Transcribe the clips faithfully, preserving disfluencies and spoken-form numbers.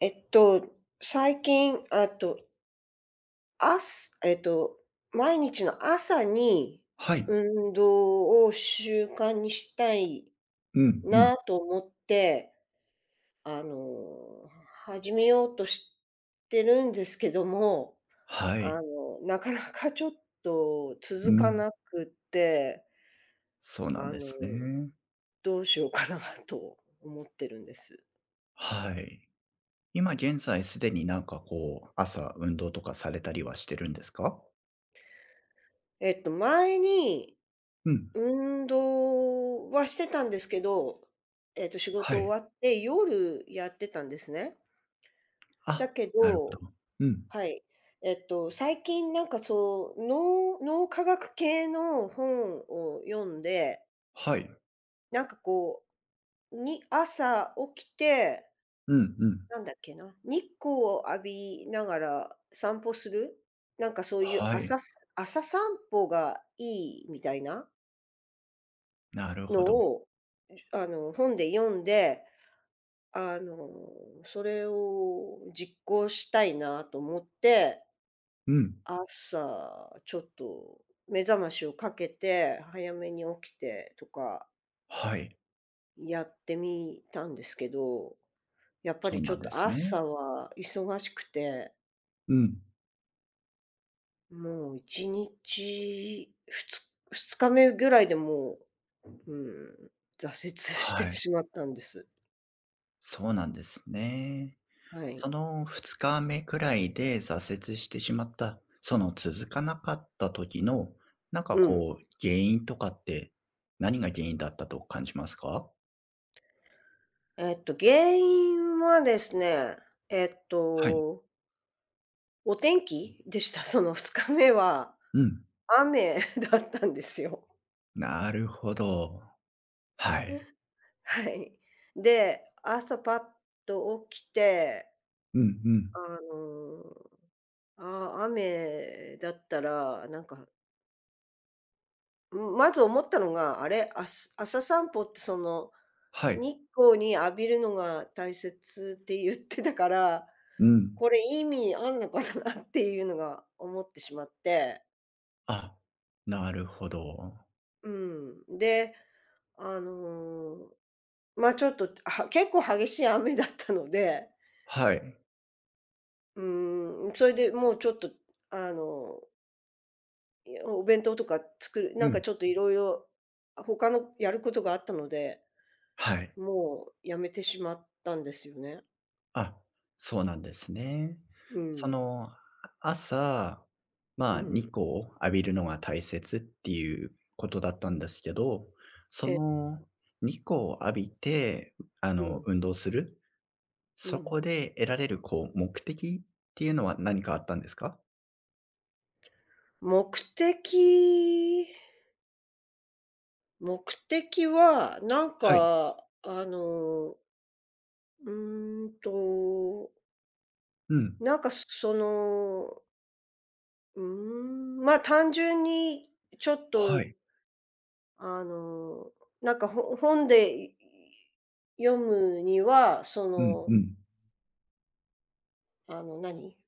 えっと、最近、あと、あすえっと、毎日の朝にはい。運動を習慣にしたいうんうん。なと思って、あの、始めようとしてるんですけども、はあい。の、なかなかちょっとう続かん。なくて、そうなんあでの、すね。どうしようかな と思ってるんです。はい。今現在すでになんかこう、朝運動とかされたりはしてるんですか？えっと、前にうん。運動はしてたんですけど、えっと、仕は事い。終わって夜やってたんですね。だあ、けなるど、ほど。うん。はい。えっと、最近なんかそう、脳脳科学系の本を読んで、はい。なんかこう、に朝起きて、うんうん。なんだっけな、日光を浴びながら散歩する、なんかそういうはい。朝す朝散歩がいいみたいななるほのど。を、あの、本で読んで、あの、それを実行したいなと思って、うん。朝ちょっと目覚ましをかけて、早めに起きてとかはい。やってみたんですけど、やっぱそうりちょなんっでとすね。朝は忙しくて、うん。もういちにち、ふつふつかめぐらいでもう、うん、挫折 しはてい。しまったんです。そうなんですね。はい。そのふつかめくらいで挫折してしまった、その続かなかった時の、なんかうん。こう原因とかって、何が原因だったと感じますか？えっと、原因はですね、えっはい。とお天気でした。そのふつかめはうん。雨 だったんですよ。なるほど。はい。はい。で、朝パッと起きて、うんうん。あの、あー雨だったら、なんか、ん、まず思ったのが、あれ、あす朝散歩ってその、はい。日光に浴びるのが大切って言ってたから、うん。これ意味あんのかなっていうのが思ってしまって。あ、なるほど。うん。で、あのーま、あちょっと、は結構激しい雨だったので、はい。うーん、それでもうちょっと、あの、いや、お弁当とか作るうなんかん。ちょっといろいろ他のやることがあったので、はい。もうやめてしまったんですよね。あ、そうなんですね。うそん、の、朝、まうあ、日ん、光を浴びるのが大切っていうことだったんですけど、その日光を浴びて、あうの、ん、運動する、うそこん。で得られるこう、目的っていうのは何かあったんですか？目的目的は、なんはい。か、あの、うーんと、うん。なんかその、うーん、ま、単純にちょっはと、い。あの、なんか、ほ本で、い読むには、そうんの、うん。あの、何、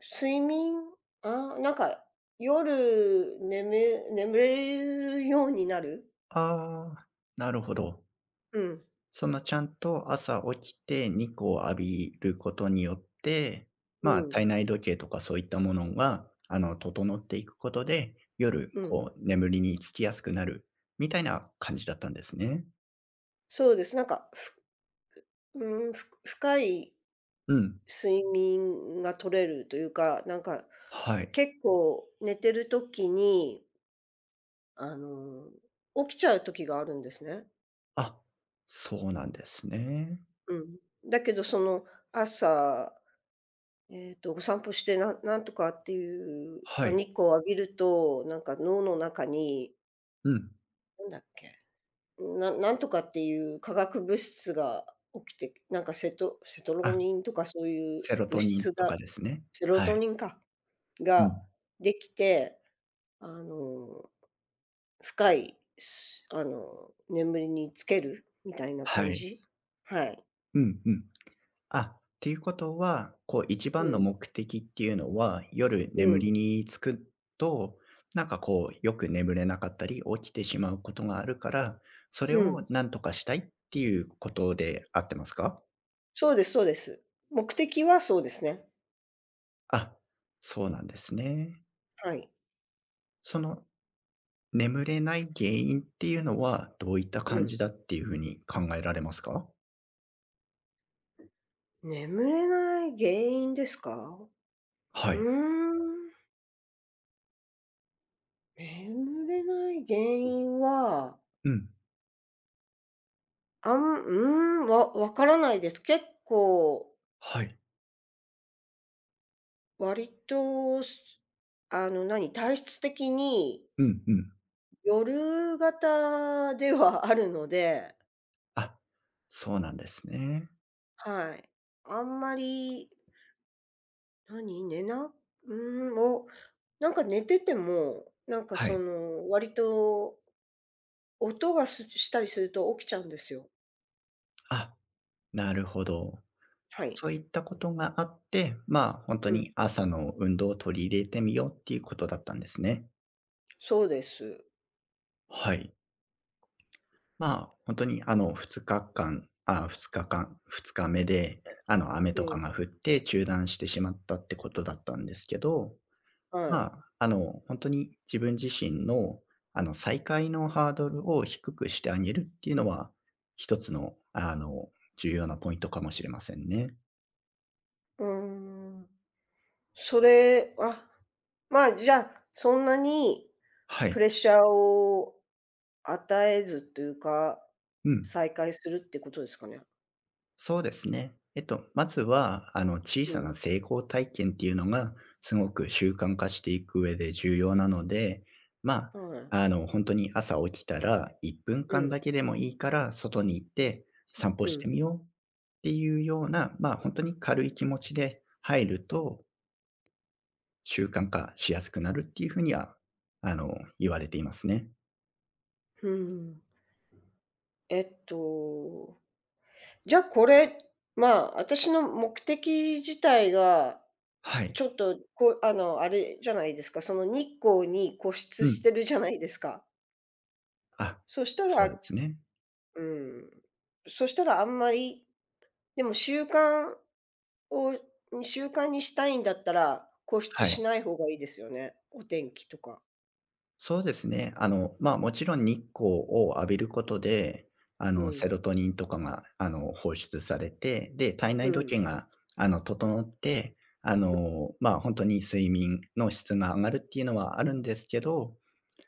睡眠あ、なんか、夜眠眠れるようになる。ああ、なるほど。うん、そのちゃんと朝起きて日光を浴びることによって、うまあ、体ん、内時計とかそういったものが、あの、整っていくことで、夜、うん。こう、眠りにつきやすくなるみたいな感じだったんですね。そうです。なんか、ふうん、ふ深いうん。睡眠が取れるというか、なんか、はい。結構寝てる時にあの、起きちゃう時があるんですね。あ、そうなんですね。うん。だけどその朝、えっと、お散歩して、ななんとかっていう、はあ、い。日光を浴びると、なんか脳の中に、うん。なんだっけ、ななんとかっていう化学物質が起きて、なんかセトセトロあ、ニンとかそういうセロ物トニン質とかが、ですね。セロはトい。ニンか、うがん。できて、あの、深い、すあの、眠りにつけるみたいなは感い。じ。はい。うんうん。あ、っていうことは、こう一う番のん。目的っていうのは、夜う眠ん、りにつくと、なんかこうよく眠れなかったり、起きてしまうことがあるから、それうをん。なんとかしたいっていうことで合ってますか？そうです、そうです。目的はそうですね。あ、そうなんですね。はい。その眠れない原因っていうのは、どういったう感ん。じだっていうふうに考えられますか？眠れない原因ですか？うはい。ーん、眠れない原因は、うん。あんうーん、わわからないです。結構はい。割と、すあの、何、体質的にうんうん。夜型ではあるので、あ、そうなんですね。はい。あんまり何、寝なうーん、お、なんか寝てても、なんかはそい。の、割と音がすしたりすると起きちゃうんですよ。あ、なるほど。はい。そういったことがあって、まあ、本う当ん、に朝の運動を取り入れてみようっていうことだったんですね。そうです。はい。まあ、本当にあのふつかかんああふつかかん、日間ふつかめで、あの、雨うとかん、が降って中断してしまったってことだったんですけど、はい。まあ、あの、本当に自分自身の、あの、再開のハードルを低くしてあげるっていうのは、一つの、あの、重要なポイントかもしれませんね。うーん。それあ、まあ、じゃあ、そんなにはプい。レッシャーを与えずというか、うん。再開するってことですかね？そうですね。えっと、まずは、あの、小うさん、な成功体験っていうのが、すごく習慣化していく上で重要なので、まはい。あ、あの、本当に朝起きたら、1分う間ん、だけでもいいから、外に行っうん、て散歩うしてん。みようっていうような、まあ、本当に軽い気持ちで入ると、習慣化しやすくなるっていうふうには、あの、言われていますね。うん。えっとじゃ、あこれ、まあ、私の目的自体が、はい。ちょっと、こう、あの、あれじゃないですか、その日光に固う執しん。てるじゃないですか。あ、そしたそうでら、すね。うん、そしたらあんまり、でも習慣を習慣にしたいんだったら、固執はしい。ない方がいいですよね、お天気とか。そうですね。あの、まあ、もちろん日光を浴びることで、あうの、セロん、トニンとかが、あの、放出されて、で、体う内ん、時計が、あの、整って、あの、まあ、本当に睡眠の質が上がるっていうのはあるんですけど、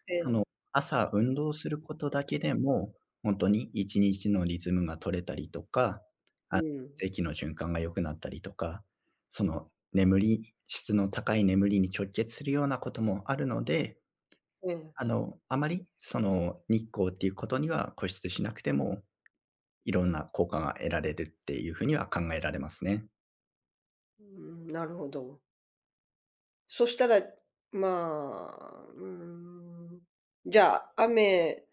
えそえ、の、朝運動することだけでも、本当にいちにちのリズムが取れたりとか、うあ、ん、血液の循環が良くなったりとか、その、眠り質の高い眠りに直結するようなこともあるので、ええ、あの、あまりその日光っていうことには固執しなくても、いろんな効果が得られるっていうふうには考えられますね。うん、なるほど。そしたら、まあ、うーん、じゃあ、雨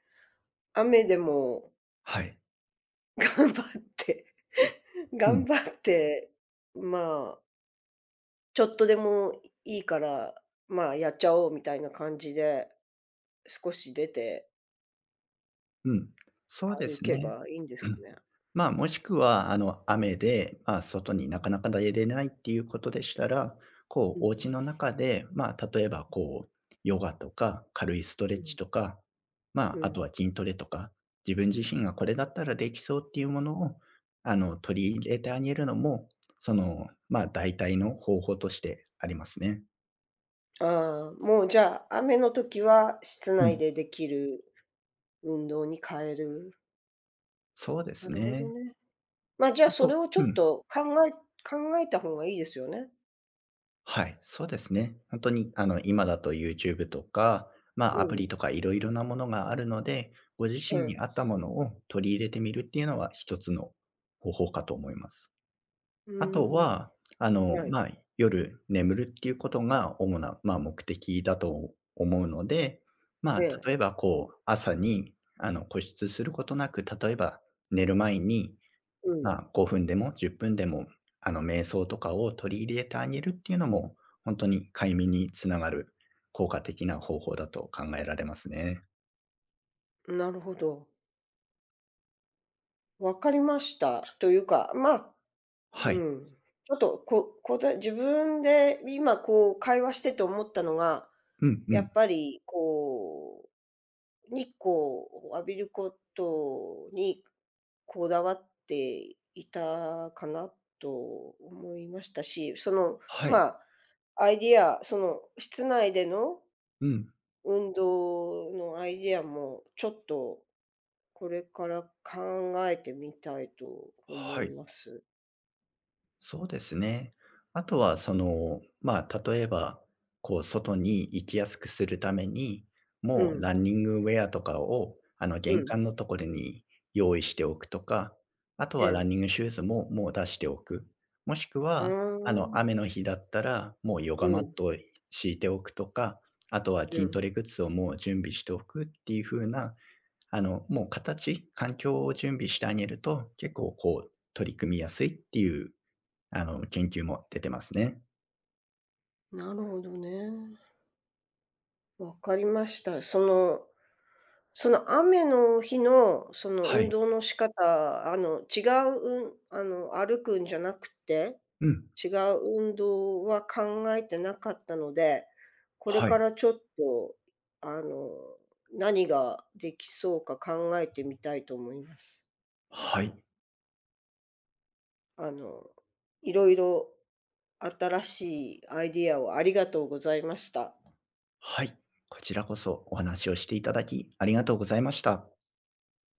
雨でも はい。頑張ってう頑ん。張って、まあ、ちょっとでもいいから、まあ、やっちゃおうみたいな感じで、少し出てうん、そうで歩すけね。ばいいんですうかん。ね？まあ、もしくは、あの、雨で、まあ、外にうなかん、なか出れないっていうことでしたら、こうんう、うお家の中で、まあ、例えば、こう、ヨガとか軽いストレッん、チとか、まうん、うあ、あん、とは筋トレとか、自分自身がこれだったらできそうっていうものを、あの、取り入れてあげるのも、その、まあ、代替の方法としてありますね。ああ、もうじゃあ、雨の時は室う内ん、でできる運動に変える。そうでなするほどね。ね。まあ、じゃあ、あそとれをちょうっん。と考え考えた方がいいですよね。はい、そうですね。本当に、あの、今だと ユーチューブ とか、まうあ、アプん。リとかいろいろなものがあるので、ご自え身にえ。合ったものを取り入れてみるっていうのは一つの方法かと思います。うあとーん。は、あの、はい。まあ、夜眠るっていうことが主な、まあ、目的だと思うので、まえあ、え。例えばこう、朝に、あの、固執することなく、例えば寝る前にうまん。あ、ごふんでもじゅっぷんでも、あの、瞑想とかを取り入れてあげるっていうのも、ほんとに快眠につながる効果的な方法だと考えられますね。なるほど。わかりました。というか、ま、あ、はうい。ん。ちょっと、ここざ自分で今こう会話してて思ったのが、うんうやん。っぱりこう日光を浴びることにこだわっていたかなと思いましたし、その、はい。まあ、アイディア、その、室内でのうん。運動のアイディアも、ちょっとこれから考えてみたいと思はいい。ます。そうですね。あとはその、まあ、例えば、こう、外に行きやすくするために、うもうラん、ンニングウェアとかを、あの、う玄ん、関のところに用意しておくとか、あとえはランえ。ニングシューズももう出しておく。もしくあは、ああ、の、雨の日だったら、もうヨうガマッん、トを敷いておくとか、あとはう筋トん。レグッズをもう準備しておくっていう風な、あの、もう形、環境を準備してあげると、結構こう、取り組みやすいっていう、あの、研究も出てますね。なるほどね。わかりました。そのその雨の日の、そのは運い。動の仕方、あの、違う、うん、あの、歩くんじゃなくて、うん。違う運動は考えてなかったので、これはかい。らちょっと、あの、何ができそうか考えてみたいと思います。はい。あの、いろいろ新しいアイディアをありがとうございました。はい。こちらこそお話をしていただき、ありがとうございました。